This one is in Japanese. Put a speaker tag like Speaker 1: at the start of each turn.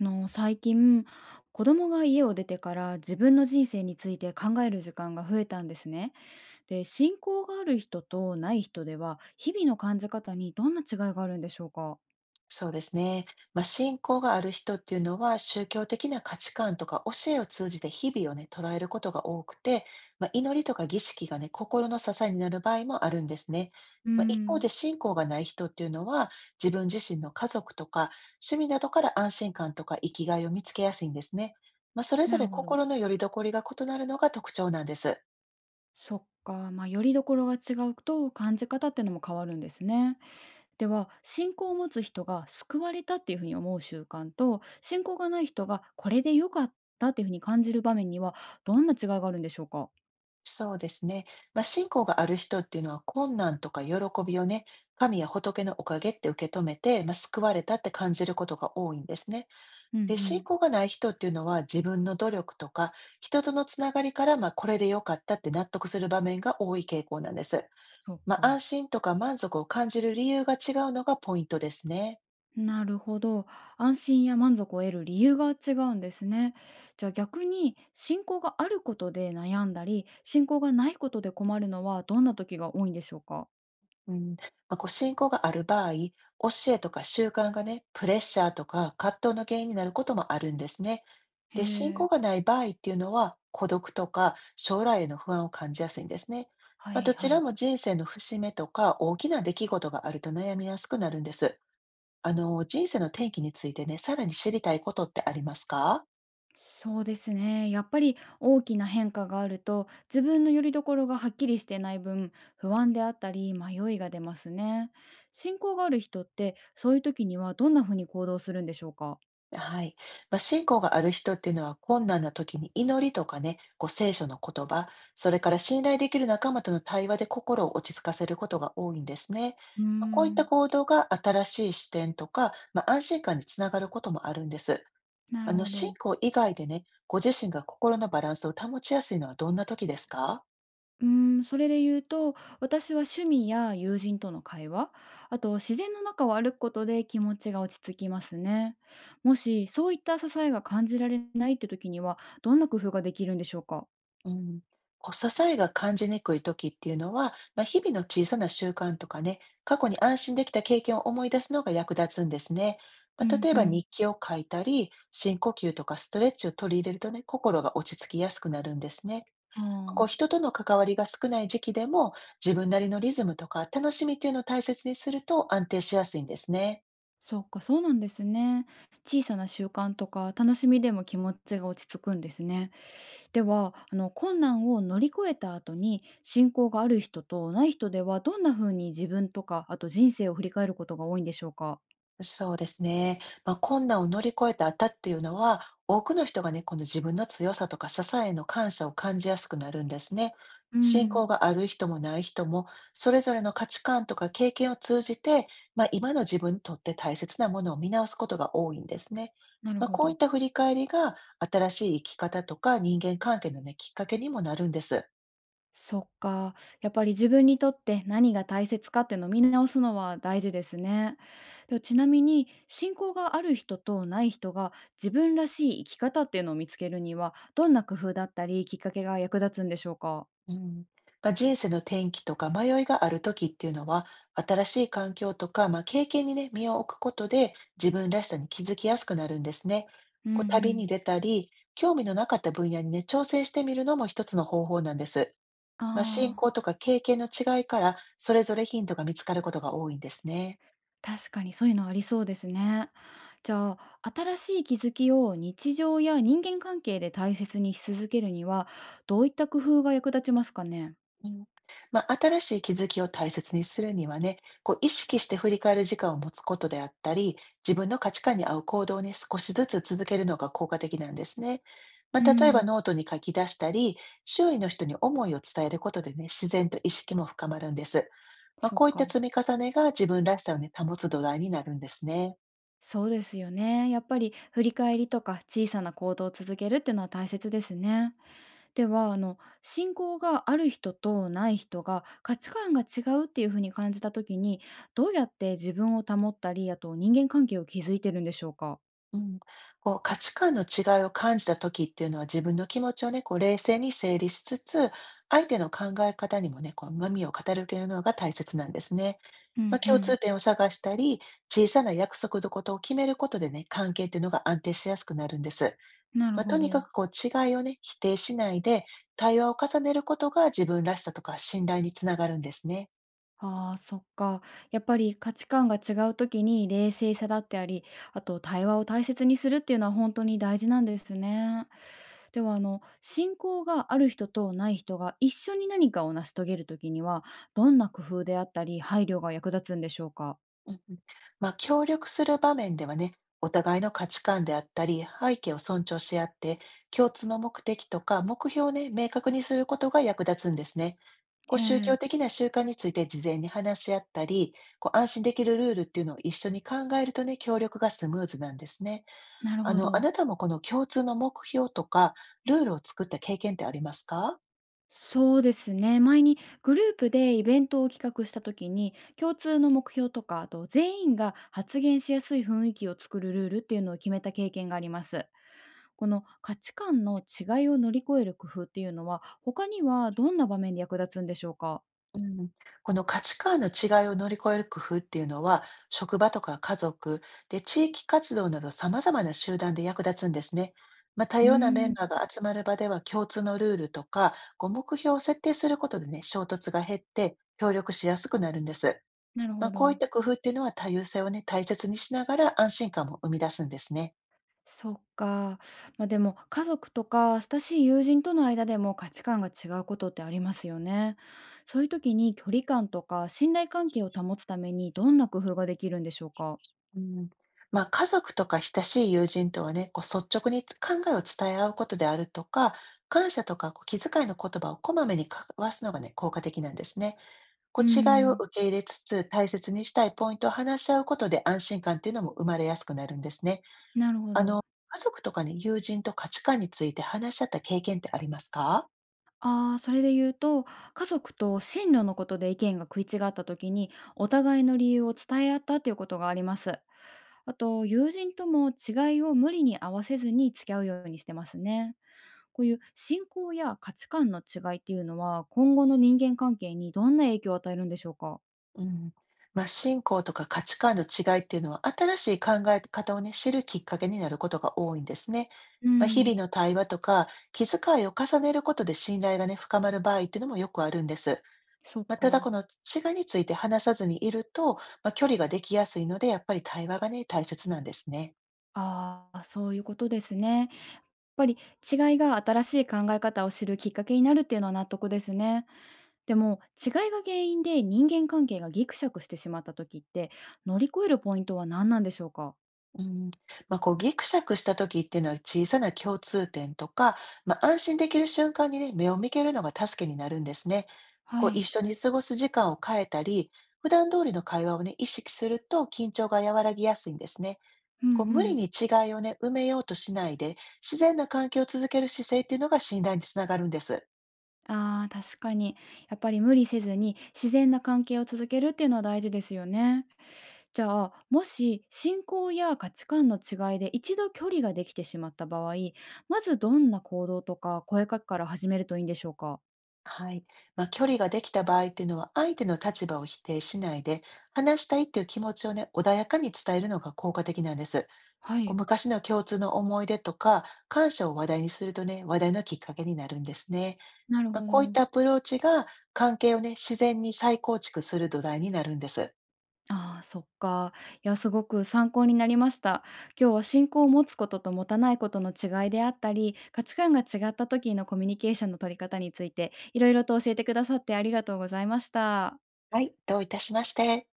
Speaker 1: 最近子供が家を出てから自分の人生について考える時間が増えたんですね。で、信仰がある人とない人では日々の感じ方にどんな違いがあるんでしょうか？
Speaker 2: そうですね。まあ、信仰がある人っていうのは宗教的な価値観とか教えを通じて日々をね、捉えることが多くて、まあ、祈りとか儀式がね、心の支えになる場合もあるんですね。
Speaker 1: うー
Speaker 2: まあ、一方
Speaker 1: ん、
Speaker 2: で信仰がない人っていうのは自分自身の家族とか趣味などから安心感とか生きがいを見つけやすいんですね。まあ、それぞ
Speaker 1: なる
Speaker 2: れ
Speaker 1: ほど。
Speaker 2: 心の拠り所が異なるのが特徴なんです。
Speaker 1: そっか、まあ、よりどころが違うと感じ方ってのも変わるんですね。では、信仰を持つ人が救われたっていうふうに思う習慣と信仰がない人がこれで良かったっていうふうに感じる場面にはどんな違いがあるんでしょうか？
Speaker 2: そうですね。まあ、信仰がある人っていうのは困難とか喜びをね、神や仏のおかげって受け止めて、まあ、救われたって感じることが多いんですね。
Speaker 1: うんう
Speaker 2: で、信
Speaker 1: ん。
Speaker 2: 仰がない人っていうのは自分の努力とか人とのつながりから、まあ、これでよかったって納得する場面が多い傾向なんです。
Speaker 1: そっ
Speaker 2: まあ、
Speaker 1: か。
Speaker 2: 安心とか満足を感じる理由が違うのがポイントですね。
Speaker 1: なるほど。安心や満足を得る理由が違うんですね。じゃあ、逆に信仰があることで悩んだり、信仰がないことで困るのはどんな時が多いんでしょうか？
Speaker 2: うん、まあ、こう、進がある場合、教えとか習慣がね、プレッシャーとか葛藤の原因になることもあるんですね。
Speaker 1: へ
Speaker 2: で、信仰
Speaker 1: え、
Speaker 2: がない場合っていうのは、孤独とか将来への不安を感じやすいんですね。
Speaker 1: は
Speaker 2: まあ、
Speaker 1: い
Speaker 2: どち
Speaker 1: は
Speaker 2: ら
Speaker 1: い。
Speaker 2: も人生の節目とか大きな出来事があると悩みやすくなるんです。人生の転機についてね、さらに知りたいことってありますか？
Speaker 1: そうですね。やっぱり大きな変化があると、自分の拠り所がはっきりしてない分、不安であったり迷いが出ますね。信仰がある人って、そういう時にはどんなふうに行動するんでしょうか？
Speaker 2: はい。まあ、信仰がある人っていうのは困難な時に祈りとかね、こう聖書の言葉、それから信頼できる仲間との対話で心を落ち着かせることが多いんですね。
Speaker 1: うー
Speaker 2: まあこういった
Speaker 1: ん、
Speaker 2: 行動が新しい視点とか、まあ、安心感につながることもあるんです。
Speaker 1: なるほど。
Speaker 2: 信仰以外でね、ご自身が心のバランスを保ちやすいのはどんな時ですか？
Speaker 1: うーん、それで言うと、私は趣味や友人との会話、あと自然の中を歩くことで気持ちが落ち着きますね。もしそういった支えが感じられないって時には、どんな工夫ができるんでしょうか？
Speaker 2: うん、こう支えが感じにくい時っていうのは、まあ、日々の小さな習慣とかね、過去に安心できた経験を思い出すのが役立つんですね。ま
Speaker 1: う
Speaker 2: あ、
Speaker 1: ん
Speaker 2: 例え
Speaker 1: う
Speaker 2: ば
Speaker 1: ん。
Speaker 2: 日記を書いたり、深呼吸とかストレッチを取り入れるとね、心が落ち着きやすくなるんですね。
Speaker 1: あ
Speaker 2: こう人
Speaker 1: あ、
Speaker 2: との関わりが少ない時期でも、自分なりのリズムとか楽しみっていうのを大切にすると安定しやすいんですね。
Speaker 1: そうか、そうなんですね。小さな習慣とか楽しみでも気持ちが落ち着くんですね。では、困難を乗り越えた後に、信仰がある人とない人ではどんな風に自分とか、あと人生を振り返ることが多いんでしょうか？
Speaker 2: そうですね。まあ、困難を乗り越えた後っていうのは、多くの人がね、この自分の強さとか支えの感謝を感じやすくなるんですね。
Speaker 1: う
Speaker 2: 信仰
Speaker 1: ん、
Speaker 2: がある人もない人も、それぞれの価値観とか経験を通じて、まあ、今の自分にとって大切なものを見直すことが多いんですね。
Speaker 1: なる
Speaker 2: まあ、
Speaker 1: ほ
Speaker 2: こういっ
Speaker 1: ど。
Speaker 2: た振り返りが、新しい生き方とか人間関係のね、きっかけにもなるんです。
Speaker 1: そっか。やっぱり自分にとって何が大切かっていうのを見直すのは大事ですね。でもちなみに、信仰がある人とない人が自分らしい生き方っていうのを見つけるには、どんな工夫だったりきっかけが役立つんでしょうか？
Speaker 2: うん、まあ、人生の転機とか迷いがある時っていうのは、新しい環境とか、まあ、経験にね、身を置くことで自分らしさに気づきやすくなるんですね。
Speaker 1: うんう
Speaker 2: こう旅に
Speaker 1: ん。
Speaker 2: 出たり、興味のなかった分野にね、挑戦してみるのも一つの方法なんです。まあ、信
Speaker 1: あ
Speaker 2: 仰
Speaker 1: あ、
Speaker 2: とか経験の違いから、それぞれヒントが見つかることが多いんですね。
Speaker 1: 確かにそういうのありそうですね。じゃあ、新しい気づきを日常や人間関係で大切にし続けるには、どういった工夫が役立ちますかね？
Speaker 2: うん、まあ、新しい気づきを大切にするにはね、こう意識して振り返る時間を持つことであったり、自分の価値観に合う行動をね、少しずつ続けるのが効果的なんですね。ま
Speaker 1: う
Speaker 2: あ、例えば
Speaker 1: ん。
Speaker 2: ノートに書き出したり、周囲の人に思いを伝えることでね、自然と意識も深まるんです。まあ、
Speaker 1: そっ
Speaker 2: こういっ
Speaker 1: か。
Speaker 2: た積み重ねが自分らしさをね、保つ土台になるんですね。
Speaker 1: そうですよね。やっぱり振り返りとか小さな行動を続けるっていうのは大切ですね。では、信仰がある人とない人が価値観が違うっていうふうに感じた時に、どうやって自分を保ったり、あと人間関係を築いてるんでしょうか？
Speaker 2: うん、こう価値観の違いを感じた時っていうのは自分の気持ちをね、こう冷静に整理しつつ、相手の考え方にもね、こう耳を傾けるのが大切なんですね。
Speaker 1: う
Speaker 2: まあ、
Speaker 1: んう
Speaker 2: 共
Speaker 1: ん、
Speaker 2: 通点を探したり、小さな約束のことを決めることでね、関係っていうのが安定しやすくなるんです。
Speaker 1: なる
Speaker 2: まあ、と
Speaker 1: ほ
Speaker 2: に
Speaker 1: ど。
Speaker 2: かくこう違いをね、否定しないで、対話を重ねることが自分らしさとか信頼につながるんですね。
Speaker 1: ああ、そっか。やっぱり価値観が違う時に冷静さだってあり、あと対話を大切にするっていうのは本当に大事なんですね。ではあの、信仰がある人とない人が一緒に何かを成し遂げる時には、どんな工夫であったり、配慮が役立つんでしょうか？
Speaker 2: うんうん。まあ、協力する場面ではね、お互いの価値観であったり、背景を尊重し合って、共通の目的とか目標をね、明確にすることが役立つんですね。こう
Speaker 1: へ
Speaker 2: 宗
Speaker 1: え、
Speaker 2: 教的な習慣について事前に話し合ったり、こう安心できるルールっていうのを一緒に考えるとね、協力がスムーズなんですね。
Speaker 1: なるほ
Speaker 2: あ
Speaker 1: ど。
Speaker 2: なたもこの共通の目標とか、ルールを作った経験ってありますか？
Speaker 1: そうですね。前にグループでイベントを企画した時に、共通の目標とか、あと全員が発言しやすい雰囲気を作るルールっていうのを決めた経験があります。この価値観の違いを乗り越える工夫っていうのは、他にはどんな場面で役立つんでしょうか？
Speaker 2: うん、この価値観の違いを乗り越える工夫っていうのは、職場とか家族、で、地域活動など様々な集団で役立つんですね。まあ、多
Speaker 1: うー
Speaker 2: 様なメン
Speaker 1: ん、
Speaker 2: バーが集まる場では共通のルールとか、こう目標を設定することでね、衝突が減って協力しやすくなるんです。
Speaker 1: なる
Speaker 2: まあ、
Speaker 1: ほ
Speaker 2: こういっ
Speaker 1: ど。
Speaker 2: た工夫っていうのは多様性をね、大切にしながら安心感も生み出すんですね。
Speaker 1: そっか。まあ、でも家族とか親しい友人との間でも価値観が違うことってありますよね。そういう時に距離感とか信頼関係を保つためにどんな工夫ができるんでしょうか？
Speaker 2: うん、まあ、家族とか親しい友人とはね、こう率直に考えを伝え合うことであるとか、感謝とかこう気遣いの言葉をこまめに交わすのがね、効果的なんですね。
Speaker 1: う
Speaker 2: こ
Speaker 1: ー
Speaker 2: う違いを
Speaker 1: ん、
Speaker 2: 受け入れつつ、大切にしたいポイントを話し合うことで安心感っていうのも生まれやすくなるんですね。
Speaker 1: なるほ
Speaker 2: あ
Speaker 1: ど。
Speaker 2: の、家族とかね、友人と価値観について話し合った経験ってありますか？
Speaker 1: ああ、それで言うと、家族と進路のことで意見が食い違った時に、お互いの理由を伝え合ったっていうことがあります。あと、友人とも違いを無理に合わせずに付き合うようにしてますね。こういう信仰や価値観の違いっていうのは、今後の人間関係にどんな影響を与えるんでしょうか？
Speaker 2: うん。まあ、信仰とか価値観の違いっていうのは、新しい考え方をね、知るきっかけになることが多いんですね。
Speaker 1: う
Speaker 2: まあ、日
Speaker 1: ん、
Speaker 2: 々の対話とか、気遣いを重ねることで信頼がね、深まる場合っていうのもよくあるんです。
Speaker 1: そっ
Speaker 2: まあ、ただ、こ
Speaker 1: か。
Speaker 2: の違いについて話さずにいると、まあ、距離ができやすいので、やっぱり対話がね、大切なんですね。
Speaker 1: ああ、そういうことですね。やっぱり違いが新しい考え方を知るきっかけになるっていうのは納得ですね。でも、違いが原因で人間関係がギクシャクしてしまった時って、乗り越えるポイントは何なんでしょうか？
Speaker 2: うん、まあ、こうギクシャクした時っていうのは小さな共通点とか、まあ、安心できる瞬間にね、目を向けるのが助けになるんですね。
Speaker 1: は
Speaker 2: こう一
Speaker 1: い。
Speaker 2: 緒に過ごす時間を変えたり、普段通りの会話をね、意識すると緊張が和らぎやすいんですね。
Speaker 1: うんう
Speaker 2: こう無理
Speaker 1: ん。
Speaker 2: に違いをね、埋めようとしないで、自然な関係を続ける姿勢っていうのが信頼につながるんです。
Speaker 1: ああ、確かに。やっぱり無理せずに自然な関係を続けるっていうのは大事ですよね。じゃあ、もし信仰や価値観の違いで一度距離ができてしまった場合、まずどんな行動とか声かけから始めるといいんでしょうか？
Speaker 2: はい。まあ、距離ができた場合っていうのは相手の立場を否定しないで、話したいっていう気持ちをね、穏やかに伝えるのが効果的なんです。
Speaker 1: は
Speaker 2: こう
Speaker 1: い。
Speaker 2: 昔の共通の思い出とか、感謝を話題にするとね、話題のきっかけになるんですね。
Speaker 1: なる
Speaker 2: まあ、
Speaker 1: ほ
Speaker 2: こういっ
Speaker 1: ど。
Speaker 2: たアプローチが関係をね、自然に再構築する土台になるんです。
Speaker 1: ああ、そっか。いや、すごく参考になりました。今日は信仰を持つことと持たないことの違いであったり、価値観が違った時のコミュニケーションの取り方について、いろいろと教えてくださってありがとうございました。
Speaker 2: はい、どういたしまして。